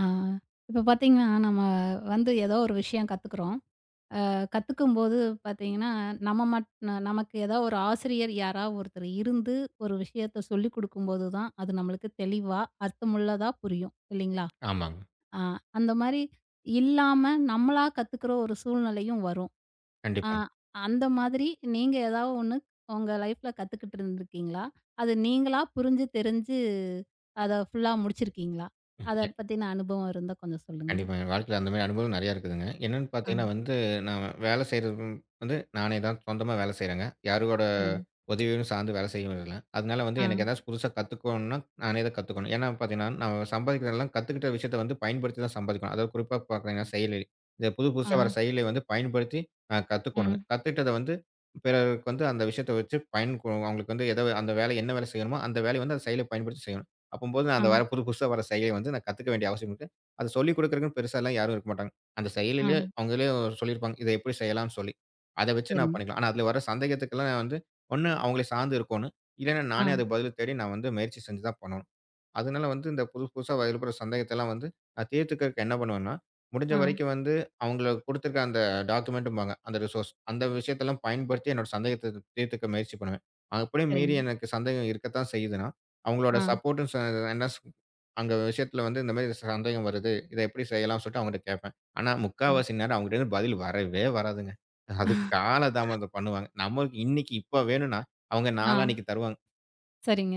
ஆ. இப்ப பார்த்தீங்கன்னா, நம்ம வந்து ஏதோ ஒரு விஷயம் கத்துக்குறோம். கத்துக்கும்போது பார்த்தீங்கன்னா, நம்ம மட் ந நமக்கு ஏதோ ஒரு ஆசிரியர் யாரா ஒருத்தர் இருந்து, ஒரு விஷயத்த சொல்லிக் குடுக்கும்போது தான், அது நம்மளுக்கு தெளிவா, அர்த்தமுள்ளதா புரியும். இல்லைங்களா? ஆமாங்க. ஆ. அந்த மாரி இல்லாம, நம்மளா கத்துக்குற ஒரு சூழ்நிலையும் வரும். ஆ. கண்டிப்பாங்க. அந்த மாதிரி நீங்க ஏதாவது ஒண்ணு உங்க லைஃப்ல கத்துக்கிட்டு இருந்திருக்கீங்களா? அது நீங்களா புரிஞ்சு, தெரிஞ்சு அத ஃபுல்லா முடிச்சிருக்கீங்களா? அத ம். பத்தின அனுபவம் இருந்தா கொஞ்சம் சொல்லுங்க. கண்டிப்பா. என் வாழ்க்கையில அந்த மாரி அனுபவம் நெறையா இருக்குதுங்க. என்னன்னு ஆ. பார்த்தீங்கன்னா வந்து, நான் வேலை செய்றது வந்து நானே தான் சொந்தமா வேலை செய்றேங்க. யாரோட சரிங்க. உதவியும் சார்ந்து வேலை செய்யறதில்ல. அதனால வந்து ஆ, எனக்கு ஏதாச்சும் புதுசா கத்துக்கணும்னா, நானே தான் கத்துக்கணும். ஏன்னா பார்த்தீங்கன்னா, நான் சம்பாதிக்கிறதெல்லாம் கத்துக்கிட்ட விஷயத்த வந்து பயன்படுத்தி தான் சம்பாதிக்கணும். அதாவது குறிப்பா பார்த்தீங்கன்னா செயலி. இந்த புது ஆ, புதுசா வர செயலிய வந்து பயன்படுத்தி கத்துக்கணுங்க. ம், கத்துக்கிட்டத வந்து பிறருக்கு வந்து அந்த விஷயத்த வச்சு பயன் கு அவங்களுக்கு வந்து அந்த வேலை என்ன வேலை செய்யணுமோ, அந்த வேலைய வந்து அந்த செயலிய பயன்படுத்தி செய்யணும். அப்பம்போது ஆ, அந்த வர புதுசா வர செயலிய வந்து நான் கத்துக்க வேண்டிய அவசியம் அத சொல்லிக் குடுக்குறதுக்குன்னு பெருசாலாம் யாரும் இருக்க மாட்டாங்க. அந்த ஆ, செயலிலே அவங்களே சொல்லியிருப்பாங்க. இத எப்படி செய்யலாம்ன்னு சொல்லி. அத வச்சு நான் சரிங்க. பண்ணிக்கலாம். ஆனா, அதுல வர சந்தேகத்துக்கெல்லாம் நான் வந்து ஒண்ணு அவங்கள சார்ந்து இருக்கோணும். இல்லன்னா ஆ, நானே அதுக்கு பதில் தேடி நான் வந்து முயற்சி செஞ்சு தான் பண்ணணும். அதனால வந்து இந்த புதுசா எழுப்புற சந்தேகத்தெல்லாம் வந்து நான் தீர்த்துக்கறக்கு என்ன பண்ணுவேன்னா, முடிஞ்ச ஆ, வரைக்கும் வந்து அவங்கள குடுத்துருக்க அந்த டாக்குமெண்ட்டும்பாங்க, அந்த ரிசோர்ஸ். அந்த விஷயத்தெல்லாம் பயன்படுத்தி என்னோட சந்தேகத்த தீர்த்துக்க முயற்சி பண்ணுவேன். அப்படியும் சரிங்க. மீறி எனக்கு சந்தேகம் இருக்கத்தான் செய்யுதுன்னா, அவங்களோட ஆ, சப்போர்ட்டும் என்ன ஸ் அங்க விஷயத்துல வந்து இந்த மாரி சந்தேகம் வருது. இத எப்படி செய்யலாம்னு சொல்லிட்டு அவங்ககிட்ட கேட்பேன். ஆனா அ. முக்காவாசி நேரம் அவங்ககிட்டருந்து பதில் வரவே வராதுங்க. அதுக்கு காலதாமதம் பண்ணுவாங்க. நம்மளுக்கு இன்னைக்கு இப்ப வேணும்னா, அவங்க ஆ, நாளான்னைக்கு தருவாங்க. சரிங்க.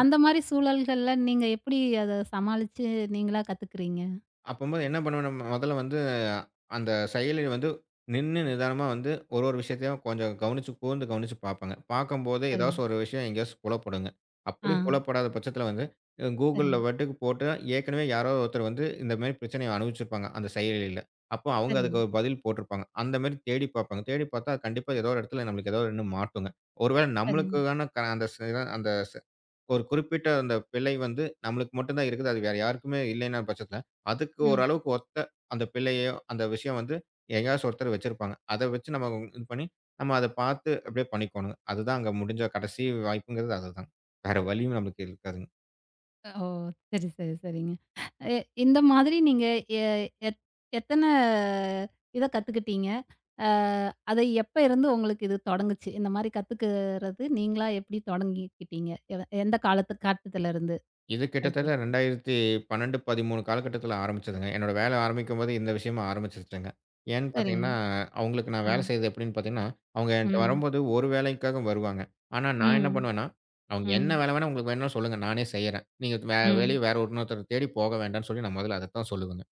அந்த மாரி சூழல்கள்ல நீங்க எப்படி அத சமாளிச்சு நீங்களா கத்துக்கிறீங்க? அப்பம்போது என்ன பண்ணுவேன் நம்ம முதல்ல வந்து, அந்த செயலில வந்து நின்னு நிதானமா வந்து ஒரு விஷயத்தையும் கொஞ்சம் கவனிச்சு, கூர்ந்து கவனிச்சு பார்ப்பேங்க. பார்க்கும்போது சரிங்க. ஏதாச்சும் ஒரு விஷயம் எங்கேயாச்சும் புலப்படுங்க. ஆ. அப்படி புலப்படாத பட்சத்தில வந்து Googleல சரிங்க, பாட்டுக்கு போட்டு ஏற்கனவே யாரோ ஒருத்தர் வந்து இந்த மாரி பிரச்சனைய அனுபவிச்சிருப்பாங்க, அந்த செயலில. அப்போ அவங்க சரிங்க, அதுக்கு ஒரு பதில் போட்டிருப்பாங்க. அந்த மாரி தேடி பார்ப்பாங்க. தேடி பார்த்தா கண்டிப்பா ஏதோ ஒரு இடத்துல நம்மளுக்கு ஏதோ ஒண்ணு மாட்டுங்க. ஒருவேளை சரிங்க. நம்மளுக்கான அந்த ஒரு குறிப்பிட்ட அந்த பிழை வந்து நம்மளுக்கு மட்டும் தான் இருக்குது. அது வேற யாருக்குமே இல்லைன்னா பட்சத்தில, அதுக்கு ம். ஓரளவுக்கு ஒத்த அந்த பிழையோ, அந்த விஷயம் வந்து எங்கேயாச்சும் ஒருத்தர் வச்சிருப்பாங்க. அத வச்சு நம்ம இது பண்ணி, நம்ம அத பார்த்து அப்படியே பண்ணிக்கோணுங்க. அதுதான் அங்க முடிஞ்ச கடைசி வாய்ப்புங்கிறது அதுதான். வேற வழியும் நம்மளுக்கு இருக்காதுங்க. ஓ! சரி, சரி, சரிங்க. எ இந்த மாதிரி நீங்க எ எத் எத்தன இத கத்துக்கிட்டீங்க? அ அது எப்ப இருந்து உங்களுக்கு இது தொடங்குச்சு? இந்த மாரி கத்துக்கிறது நீங்களா எப்படி தொடங்கிக்கிட்டீங்க? எந்த காலத்து காட்டத்துலருந்து? இது அது கிட்டத்தட்ட கேக்குறேன். 2012, 13 காலகட்டத்தில ஆரம்பிச்சதுங்க. என்னோட வேலை ஆரம்பிக்கும்போது இந்த விஷயமும் ஆரம்பிச்சுருச்சுங்க. ஏன்னு சரிங்க. பார்த்தீங்கன்னா, அவுங்களுக்கு நான் வேலை ம். செய்றது எப்படின்னு பார்த்தீங்கன்னா, அவுங்க என்ட்ட ம். வரும்போது ஒரு வேலைக்காக வருவாங்க. ஆனா, நான் என்ன ம். பண்ணுவேன்னா, "அவுங்க என்ன ம். வேலை வேணா உங்களுக்கு வேணும்னா சொல்லுங்க. நானே செய்றேன். நீங்க ம். வேலைய வேற இன்னொருத்தர தேடி போக வேண்டாம்ன்னு" சொல்லி நான் முதல்ல அதத்தான் சொல்லுவேங்க.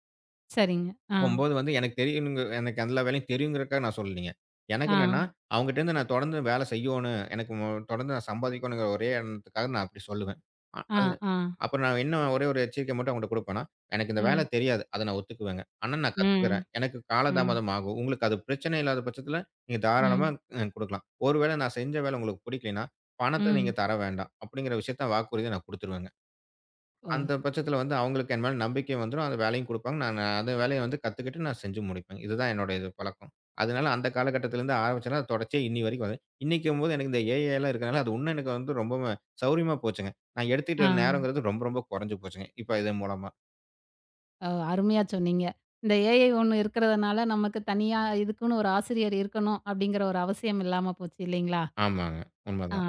சரிங்க. ஆ. போம்போது வந்து எனக்கு தெரியும்ங்க எனக்கு எல்லா வேலையும் தெரியுங்கிறதுக்காக நான் சொல்லலீங்க. எனக்கு என்னன்னா, ஆ. அவங்கட்டருந்து நான் தொடர்ந்து வேலை செய்யணும். எனக்கு தொடர்ந்து நான் சம்பாதிக்கணுங்கிற ஒரே எண்ணத்துக்காக நான் அப்படி சொல்லுவேன். அ ஆ. அது ஆ. அப்புறம் நான் என்ன ஒரே ஒரு எச்சரிக்கை மட்டும் அவங்கட்ட குடுப்பேன்னா, எனக்கு இந்த வேலை ம். தெரியாது. அத நான் ஒத்துக்குவேங்க. ஆனா நான் ம். கத்துக்கிறேன். எனக்கு ம். காலதாமதம் ஆகும். உங்களுக்கு அது பிரச்சனை இல்லாத பட்சத்தில நீங்க தாராளமா ம். குடுக்கலாம். ஒருவேளை நான் செஞ்ச வேலை உங்களுக்கு பிடிக்கலைன்னா, பணத்த ம். நீங்க தர வேண்டாம். அப்படிங்கிற விஷயத்த வாக்குறுதிய நான் குடுத்துருவேங்க. ஓ! அந்த பட்சத்தில வந்து அவங்களுக்கு என் மேல நம்பிக்கை வந்துரும். அந்த வேலையும் குடுப்பாங்க. நானு அந்த வேலைய வந்து கத்துக்கிட்டு நான் செஞ்சு முடிப்பேன். இதுதான் என்னோட இது பழக்கம். அதனால அந்த காலகட்டத்திலருந்து ஆரம்பிச்சேன்னா, அது தொடர்ச்சியா இன்னி வரைக்கும் வருது. இன்னிக்கும்போது எனக்கு இந்த ஏஐ எல்லாம் இருக்கனால, அது உன்னும் எனக்கு வந்து ரொம்பவும் சௌரியமா போச்சுங்க. நான் ஆ. எடுத்துக்கிட்ட நேரங்கிறது ரொம்ப, ரொம்ப குறைஞ்சு போச்சுங்க. இப்ப இதன் மூலமா. ஓ! அருமையா சொன்னீங்க. இந்த ஏஐ ஒண்ணு இருக்கிறதுனால நமக்கு தனியா இதுக்குன்னு ஒரு ஆசிரியர் இருக்கணும் அப்படிங்கிற ஒரு அவசியம் இல்லாம போச்சு இல்லைங்களா? ஆமாங்க. ஆ. உண்மதான்.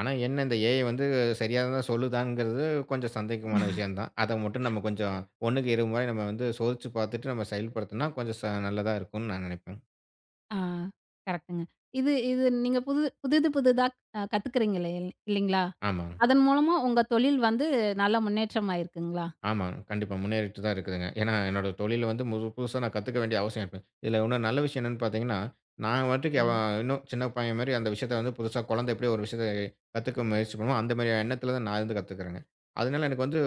ஆனா என்ன இந்த ஏஐ வந்து சரியானதா சொல்லுதாங்கிறது கொஞ்சம் சந்தேகமான விஷயம் தான். அத மட்டும் நம்ம கொஞ்சம் 1க்கு 2 முறை நம்ம வந்து சோதிச்சு பார்த்துட்டு நம்ம செயல்படுத்துனா, கொஞ்சம் நல்லதா இருக்கும்னு நான் நினைப்பேன். ஆ. கரெக்ட்டுங்க. இது இது நீங்க புது புதிது புதிதா கத்துக்கிறீங்க இல்ல இல்லைங்களா? ஆமாங்க. அதன் மூலமா உங்க தொழில் வந்து நல்ல முன்னேற்றம் ஆயிருக்குங்களா? ஆமாங்க. கண்டிப்பா. முன்னேறிட்டு தான் இருக்குதுங்க. ஏன்னா, என்னோட தொழில வந்து புதுசா நான் கத்துக்க வேண்டிய அவசியம் இருக்கு. இதுல இன்னும் நல்ல விஷயம் என்னன்னு பாத்தீங்கன்னா, நான் பாட்டுக்கு சரிங்க. அவன் இன்னும் சின்ன பையன் மாரி அந்த விஷயத்த வந்து புதுசா குழந்தை எப்படி ஒரு விஷயத்த கத்துக்க முயற்சி பண்ணுமோ, அந்த மாரி எண்ணத்துல தான் நான் இருந்து கத்துக்கிறேங்க. அதனால எனக்கு வந்து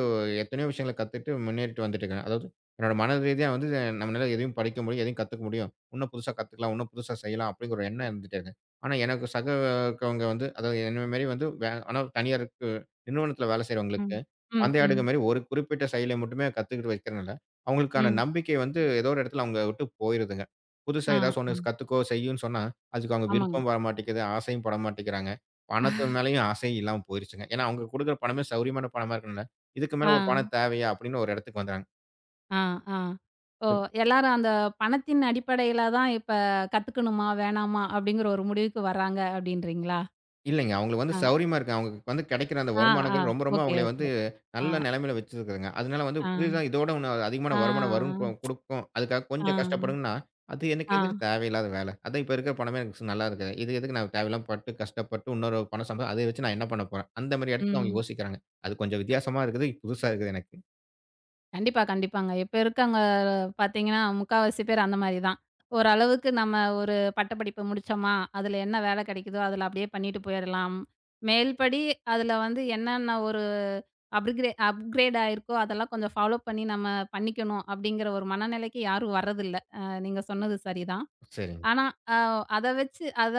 எத்தனையோ விஷயங்கள கத்துட்டு முன்னேறிட்டு வந்துட்டு இருக்கேன். அதாவது என்னோட மன ரீதியா வந்து நம்மளால எதையும் படிக்க முடியும், எதையும் கத்துக்க முடியும். இன்னும் புதுசா கத்துக்கலாம், இன்னும் புதுசா செய்யலாம் அப்படிங்கிற ஒரு எண்ணம் இருந்துட்டே இருக்கு. ஆனா எனக்கு இருக்கவங்க வந்து அதாவது என்ன மாரி வந்து ஆனா தனியாருக்கு நிறுவனத்துல வேலை ம். செய்றவங்களுக்கு ம். ம். பந்தயாடுக மாரி ஒரு குறிப்பிட்ட செயலை மட்டுமே கத்துக்கிட்டு வைக்கிறனால, அவங்களுக்கான ம். நம்பிக்கை வந்து ஏதோ ஒரு இடத்துல அவங்கள விட்டு போயிருதுங்க. புதுசா ஆ, ஏதாச்சும் ம். ஒண்ணு கத்துக்கோ, செய்யுன்னு சொன்னா, அதுக்கு அவங்க ஆமாங்க. விருப்பம் வர மாட்டேங்குது, ஆசையும் பட மாட்டேங்கிறாங்க. பணத்து மேலயும் ஆசை இல்லாம போயிருச்சுங்க. ஏன்னா, அவங்க குடுக்குற பணமே சௌரியமான பணமா இருக்கனால, இதுக்கு ஆ, மேல ஒரு பணம் தேவையா? அப்படின்னு ஒரு இடத்துக்கு வந்துர்றாங்க. ஆ, ஆ. ஓ! எல்லாரும் அந்த பணத்தின் அடிப்படையில தான் இப்ப கத்துக்கணுமா? வேணாமா? அப்படிங்கிற ஒரு முடிவுக்கு வர்றாங்க அப்படின்றீங்களா? இல்லைங்க. அவங்களுக்கு வந்து ஆ, சௌரியமா இருக்கு. அவங்களுக்கு வந்து கிடைக்கிற அந்த ஆ, ஆ. வருமானங்கிறது ரொம்ப ரொம்ப ஓகே, அவங்கள வந்து ஓகே. ஆ, நல்ல நெலைமையில வச்சிருக்குதுங்க. அதனால வந்து ஆ, புதிதா இதோட இன்னும் அதிகமான வருமானம் வரும் ஆ, குடுக்கும். அதுக்காக ஆ, கொஞ்சம் கஷ்டப்படுங்கன்னா, அது எனக்கு ஆ, எதுக்கு தேவையில்லாத வேல? அதான் இப்ப இருக்கிற பணமே எனக்கு நல்லா இருக்கு. இது எதுக்கு நான் தேவையில்லாம பட்டு, கஷ்டப்பட்டு இன்னொரு பணம் அத வச்சு நான் என்ன பண்ண போறேன்? அந்த மாரி இடத்துக்கு அவங்க ம். யோசிக்கிறாங்க. அது கொஞ்சம் வித்தியாசமா இருக்குது. புதுசா இருக்குது எனக்கு. கண்டிப்பா, கண்டிப்பாங்க. இப்ப இருக்கவங்க பார்த்தீங்கன்னா, முக்காவாசி பேர் அந்த மாரி தான். ஓரளவுக்கு நம்ம ஒரு பட்டப்படிப்பு முடிச்சோமா, அதுல என்ன வேலை கிடைக்குதோ, அதுல அப்படியே பண்ணிட்டு போயிரலாம். மேல்படி அதுல வந்து என்னென்ன ஒரு அப்கிரேட் ஆயிருக்கோ, அதெல்லாம் கொஞ்சம் ஃபாலோ பண்ணி நம்ம பண்ணிக்கணும், அப்படிங்கிற ஒரு மனநிலைக்கு யாரும் வர்றதில்ல. நீங்க சொன்னது சரிதான். சரிங்க. ஆனா, அ அத வச்சு அத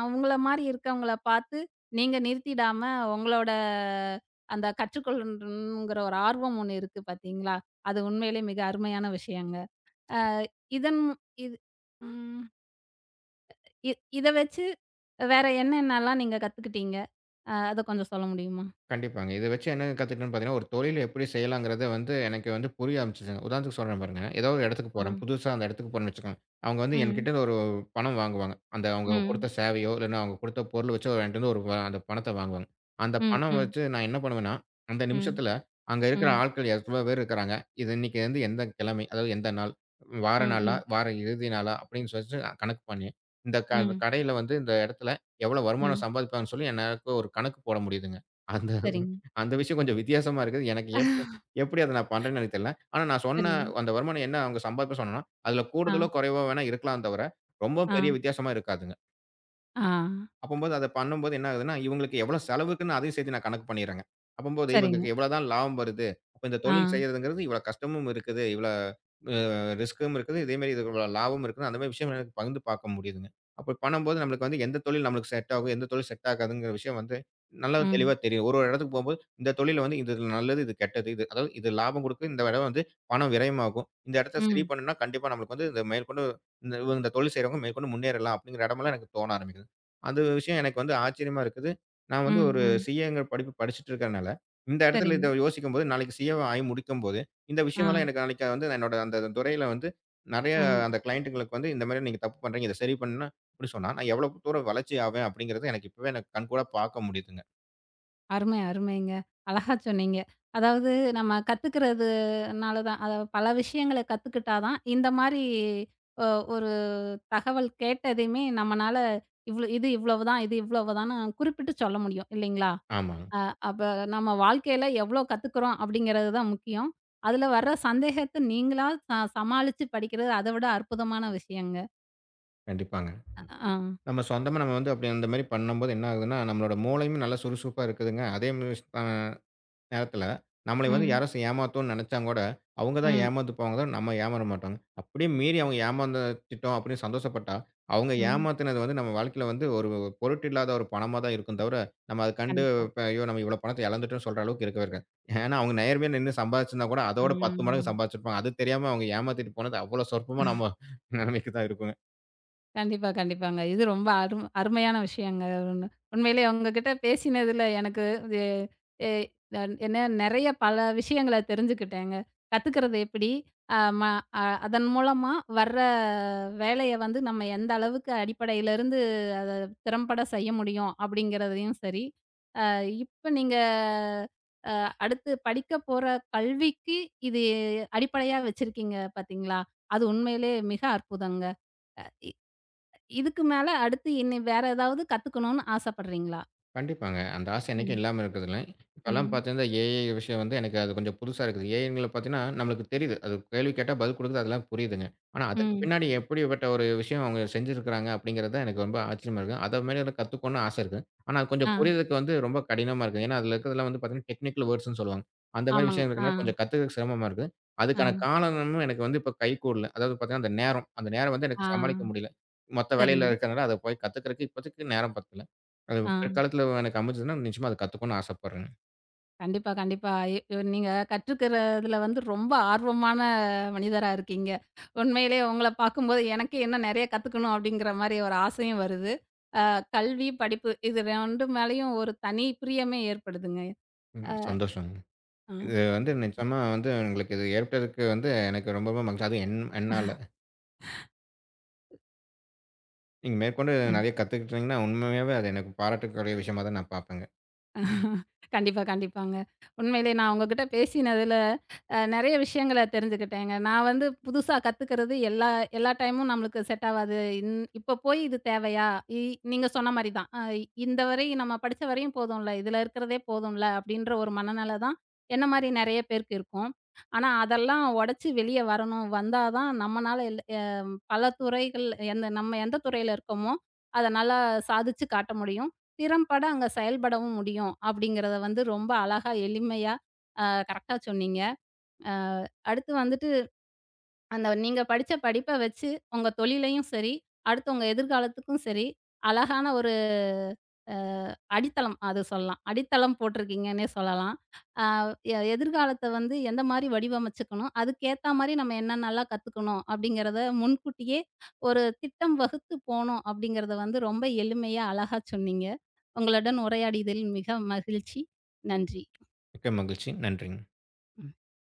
அவங்கள மாரி இருக்கவங்கள பார்த்து, நீங்க நிறுத்திடாம உங்களோட அந்த கற்றுக்கொள்ளணுங்கிற ஒரு ஆர்வம் ஒண்ணு இருக்கு பார்த்தீங்களா? அது உண்மையிலேயே மிக அருமையான விஷயங்க. அ இதன் மு- இது ம் இ இத வச்சு வேற என்னென்னலாம் நீங்க கத்துக்கிட்டீங்க? அத கொஞ்சம் சொல்ல முடியுமா? கண்டிப்பாங்க. இத வச்சு என்ன கத்துக்கிட்டேன்னு பார்த்தீங்கன்னா, ஒரு தொழில் எப்படி செய்யலாங்கிறத வந்து எனக்கு வந்து புரிய ஆரம்பிச்சுச்சுங்க. உதாரணத்துக்கு சொல்றேன் பாருங்க. ஏதோ ஒரு இடத்துக்கு ஆ. போறேன். புதுசா அந்த இடத்துக்கு போறேன்னு வச்சுக்கோங்க. அவங்க வந்து ம். என்கிட்ட ஒரு பணம் வாங்குவாங்க. அந்த அவங்க ம். குடுத்த சேவையோ, இல்லன்னா அவங்க குடுத்த பொருள வச்சோ என்ட்ட இருந்து ஒரு அந்த பணத்த வாங்குவாங்க. அந்த ம். பணம் ம். வச்சு நான் என்ன பண்ணுவேன்னா, அந்த ம். நிமிஷத்துல அங்க இருக்கிற ம். ஆட்கள் எவ்வளோ பேர் இருக்கிறாங்க. இது இன்னைக்கு வந்து எந்த கிழமை, அதாவது எந்த நாள், வார ம். நாளா, ம். வார இறுதி நாளா அப்படின்னு சொல்லிட்டு கணக்கு பண்ணி, இந்த ம். கடையில வந்து இந்த இடத்துல எவ்வளோ வருமானம் ம். சம்பாதிப்பாங்கன்னு சொல்லி எனக்கு ஒரு கணக்கு போட முடியுதுங்க. அந்த சரிங்க. அந்த விஷயம் கொஞ்சம் வித்தியாசமா இருக்குது. எனக்கு எப்படி அத நான் பண்றேன்னு எனக்கு தெரியல. ஆனா நான் சொன்ன சரிங்க. அந்த வருமானம் என்ன அவங்க சம்பாதிப்பேன்னு சொன்னேன்னா, அதில ஆ. கூடுதலோ, குறைவோ வேணா இருக்கலாம் தவிர, ரொம்ப ஆ. பெரிய வித்தியாசமா இருக்காதுங்க. ஆ. அப்பம்போது அத பண்ணும்போது என்ன ஆகுதுன்னா, இவங்களுக்கு எவ்வளோ செலவுக்குன்னு அதையும் சேர்த்து நான் கணக்கு பண்ணிர்றேங்க. அப்பம்போது சரிங்க. இவங்களுக்கு எவ்வளோ தான் லாபம் வருது. அப்ப இந்த ஆ. தொழில் செய்றதுங்கிறது இவ்வளோ கஷ்டமும் இருக்குது. இவ்வளோ அ ரிஸ்க்கும் இருக்குது. இதே மாரி இதுக்கு லாபமும் இருக்குது. அந்த மாரி விஷயம் எனக்கு பகிர்ந்து பார்க்க முடியுதுங்க. அப்படி பண்ணும்போது நம்மளுக்கு வந்து எந்த தொழில் நம்மளுக்கு செட் ஆகும், எந்த தொழில் செட் ஆகாதுங்கிற விஷயம் வந்து நல்லா ம். தெளிவா தெரியும். ஒரு ஒரு இடத்துக்கு போம்போது, இந்த தொழில்ல வந்து இது நல்லது, இது கெட்டது. இது அதாவது இது லாபம் குடுக்கும். இந்த இடம் வந்து பணம் விரயமாகும். இந்த இடத்த சரி ம். பண்ணுனா கண்டிப்பா நம்மளுக்கு வந்து இந்த மேற்கொண்டு இந்த இவங்க இந்த தொழில் செய்றவங்க மேற்கொண்டு முன்னேறலாம் அப்படிங்கிற இடமெல்லாம் எனக்கு தோண ஆரம்பிக்குது. அந்த விஷயம் எனக்கு வந்து ஆச்சரியமா இருக்குது. நான் வந்து ம், ஒரு ம். சிஏங்கிற படிப்பு படிச்சுட்டு இருக்கறனால, இந்த இடத்துல சரிங்க. இத யோசிக்கும்போது, நாளைக்கு சிஏவா ஆகி முடிக்கும்போது இந்த ஆ, விஷயமெல்லாம் எனக்கு அன்னைக்கு வந்து என்னோட அந்த துறையில வந்து நெறைய ம். அந்த கிளையன்ட்டுங்களுக்கு வந்து, "இந்த மாரி நீங்க தப்பு பண்றீங்க. இத சரி பண்ணுன்னா" அப்படி சொன்னா, நான் எவ்வளோ தூரம் வளர்ச்சி ஆவேன் அப்படிங்கிறது எனக்கு இப்பவே எனக்கு கண்கூடா பார்க்க முடியுதுங்க. அருமை, அருமைங்க. அழகா சொன்னீங்க. அதாவது நம்ம கத்துக்கிறதுனால தான் அதாவது பல விஷயங்கள கத்துக்கிட்டா தான், இந்த மாரி அ ஒரு தகவல் கேட்டதையுமே நம்மனால இவ்ளோ இது இவ்வளவுதான், இது இவ்வளவுதான்னு குறிப்பிட்டு சொல்ல முடியும் இல்லைங்களா? ஆமாங்க. அ அப்ப நம்ம வாழ்க்கையில எவ்வளோ கத்துக்கிறோம் அப்படிங்கிறது தான் முக்கியம். அதுல வர்ற சந்தேகத்த நீங்களா சமாளிச்சு படிக்கிறது அத விட அற்புதமான விஷயங்க. கண்டிப்பாங்க. அ, ஆ. நம்ம சொந்தமா நம்ம வந்து அப்படி அந்த மாரி பண்ணும்போது என்ன ஆகுதுன்னா, நம்மளோட மூளையும் நல்லா சுறுசுறுப்பா இருக்குதுங்க. அதே மாதிரி நேரத்துல, நம்மள வந்து ம், யாராச்சும் ஏமாத்தணும்னு நெனச்சா கூட, அவங்க தான் ம், ஏமாந்து போவாங்க தவிர, நம்ம ஏமாற மாட்டோங்க. அப்படியும் மீறி அவங்க ஏமாந்துட்டோம் அப்படின்னு சந்தோஷப்பட்டா, அவங்க ம். ஏமாத்துனது வந்து நம்ம வாழ்க்கையில வந்து ஒரு பொருட்டு இல்லாத ஒரு பணமா தான் இருக்கும் தவிர, நம்ம அத கண்டு கண்டிப்பா. இப்ப ஐயோ! நம்ம இவ்வளோ பணத்த இழந்துட்டோம்னு சொல்ற அளவுக்கு இருக்கவே இருக்காது. ஏன்னா, அவங்க நேர்மையா நின்னு சம்பாதிச்சிருந்தா கூட, அதோட 10 மடங்கு ம். சம்பாதிச்சிருப்பாங்க. அது தெரியாம அவங்க ஏமாத்திட்டு போனது அவ்வளோ சொற்பமா நம்ம நிலைமைக்கு தான் இருக்கும். கண்டிப்பா, கண்டிப்பாங்க. இது ரொம்ப அருமையான விஷயங்க. உண் உண்மையிலேயே உங்ககிட்ட பேசினதுல எனக்கு இது எ தன் என்ன நெறைய பல விஷயங்கள தெரிஞ்சுக்கிட்டேங்க. கத்துக்கிறது எப்படி? அ ம அ அதன் மூலமா வர்ற வேலைய வந்து நம்ம எந்த அளவுக்கு அடிப்படையிலிருந்து அத திறம்பட செய்ய முடியும் அப்படிங்கிறதையும் சரி, அ இப்ப நீங்க அ அடுத்து படிக்க போற கல்விக்கு இது அடிப்படையா வச்சிருக்கீங்க பார்த்தீங்களா? அது உண்மையிலே மிக அற்புதங்க. இதுக்கு மேல அடுத்து இனி வேற ஏதாவது கத்துக்கணும்னு ஆசைப்படுறீங்களா? கண்டிப்பாங்க. அந்த ஆசை என்னைக்கும் ம், இல்லாம இருக்கதில்ல. இப்பலாம் ம், பார்த்தீங்கன்னா, ஏஐ விஷயம் வந்து எனக்கு அது கொஞ்சம் புதுசா இருக்குது. ஏஐங்கள பார்த்தீங்கன்னா, நம்மளுக்கு தெரியுது. அது கேள்வி கேட்டா பதில் குடுக்குது. அதெல்லாம் புரியுதுங்க. ஆனா அதுக்கு ம். பின்னாடி எப்படிப்பட்ட ஒரு விஷயம் அவங்க செஞ்சிருக்கிறாங்க அப்படிங்கிறது தான் எனக்கு ரொம்ப ஆச்சரியமா இருக்கு. அத மேலும் கத்துக்கணும்னு ஆசை இருக்கு. ஆனா அது ஆ, கொஞ்சம் புரியறதுக்கு வந்து ரொம்ப கடினமா இருக்கு. ஏன்னா, அதில இருக்கிறதெல்லாம் வந்து பார்த்தீங்கன்னா, டெக்னிக்கல் வேர்ட்ஸ்ன்னு சொல்லுவாங்க. அந்த மாரி ஆமாங்க. விஷயம் ஆ, இருக்குன்னா, கொஞ்சம் கத்துக்க சிரமமா இருக்கு. ஆ, அதுக்கான காலமும் எனக்கு வந்து இப்ப கைகூடல. அதாவது பார்த்தீங்கன்னா, அந்த நேரம். அந்த நேரம் வந்து ஆ. எனக்கு சமாளிக்க முடியல. மொத்த வேலையில சரிங்க. இருக்கிறனால அத போய் கத்துக்கிறதுக்கு இப்போதைக்கு நேரம் பத்தல. அது ஆ. பிற்காலத்துல எனக்கு அமைஞ்சதுன்னா, நிச்சயமா அத கத்துக்கணும்னு ஆசைப்படுறேங்க. கண்டிப்பா, கண்டிப்பா. நீங்க கற்றுக்கிறதுல வந்து ரொம்ப ஆர்வமான மனிதரா இருக்கீங்க. உண்மையிலேயே உங்கள பார்க்கும்போது எனக்கே இன்னும் நெறைய கத்துக்கணும் அப்படிங்கிற மாரி ஒரு ஆசையும் வருது. கல்வி, படிப்பு இது 2 மேலயும் ஒரு தனி பிரியமே ஏற்படுதுங்க. ம். அ, சந்தோஷங்க. ஆ. இது வந்து நிச்சயமா வந்து உங்களுக்கு இது ஏற்பட்டதுக்கு வந்து எனக்கு ரொம்பவே மகிழ்ச்சி. அதுவும் என்னால. நீங்க மேற்கொண்டு அ. நெறைய கத்துக்கிட்டீங்கன்னா, உண்மையாவே அது எனக்கு பாராட்டக்கூடிய விஷயமா தான் நான் பார்ப்பேங்க. கண்டிப்பா, கண்டிப்பாங்க. உண்மையிலே நான் உங்ககிட்ட பேசினதுல, நெறைய விஷயங்கள தெரிஞ்சுக்கிட்டேங்க. நான் வந்து புதுசா கத்துக்கிறது எல்லா எல்லா டைமும் நம்மளுக்கு செட் ஆவாது. இப்ப போய் இது தேவையா? இ நீங்க சொன்ன மாரி தான். இந்த வரை நம்ம படிச்ச வரையும் போதும்ல. இதுல இருக்கிறதே போதும்ல, அப்படின்ற ஒரு மனநிலை தான் என்ன மாரி நெறைய பேருக்கு இருக்கும். ஆனா, அதெல்லாம் உடைச்சு வெளிய வரணும். வந்தா தான் நம்மனால எல் அ பல துறைகள் எந்த நம்ம எந்த துறையில இருக்கோமோ, அத நல்லா சாதிச்சு காட்ட முடியும். திறம்பட அங்க செயல்படவும் முடியும் அப்படிங்கிறத வந்து ரொம்ப அழகா எளிமையா கரெக்ட்டா சொன்னீங்க. அ அடுத்து வந்துட்டு அந்த நீங்க படிச்ச படிப்ப வச்சு, உங்க தொழிலையும் சரி, அடுத்து உங்க எதிர்காலத்துக்கும் சரி, அழகான ஒரு அ அடித்தளம் அது சொல்லலாம். அடித்தளம் போட்டிருக்கீங்கன்னே சொல்லலாம். அ எ எதிர்காலத்த வந்து எந்த மாரி வடிவமைச்சுக்கணும், அதுக்கேத்த மாரி நம்ம என்னென்னலாம் கத்துக்கணும் அப்படிங்கிறத முன்கூட்டியே ஒரு திட்டம் வகுத்து போணும் அப்படிங்கிறத வந்து ரொம்ப எளிமையா, அழகா சொன்னீங்க. உங்களுடன் உரையாடியதில் மிக மகிழ்ச்சி. நன்றி. மிக்க மகிழ்ச்சி. நன்றிங்க.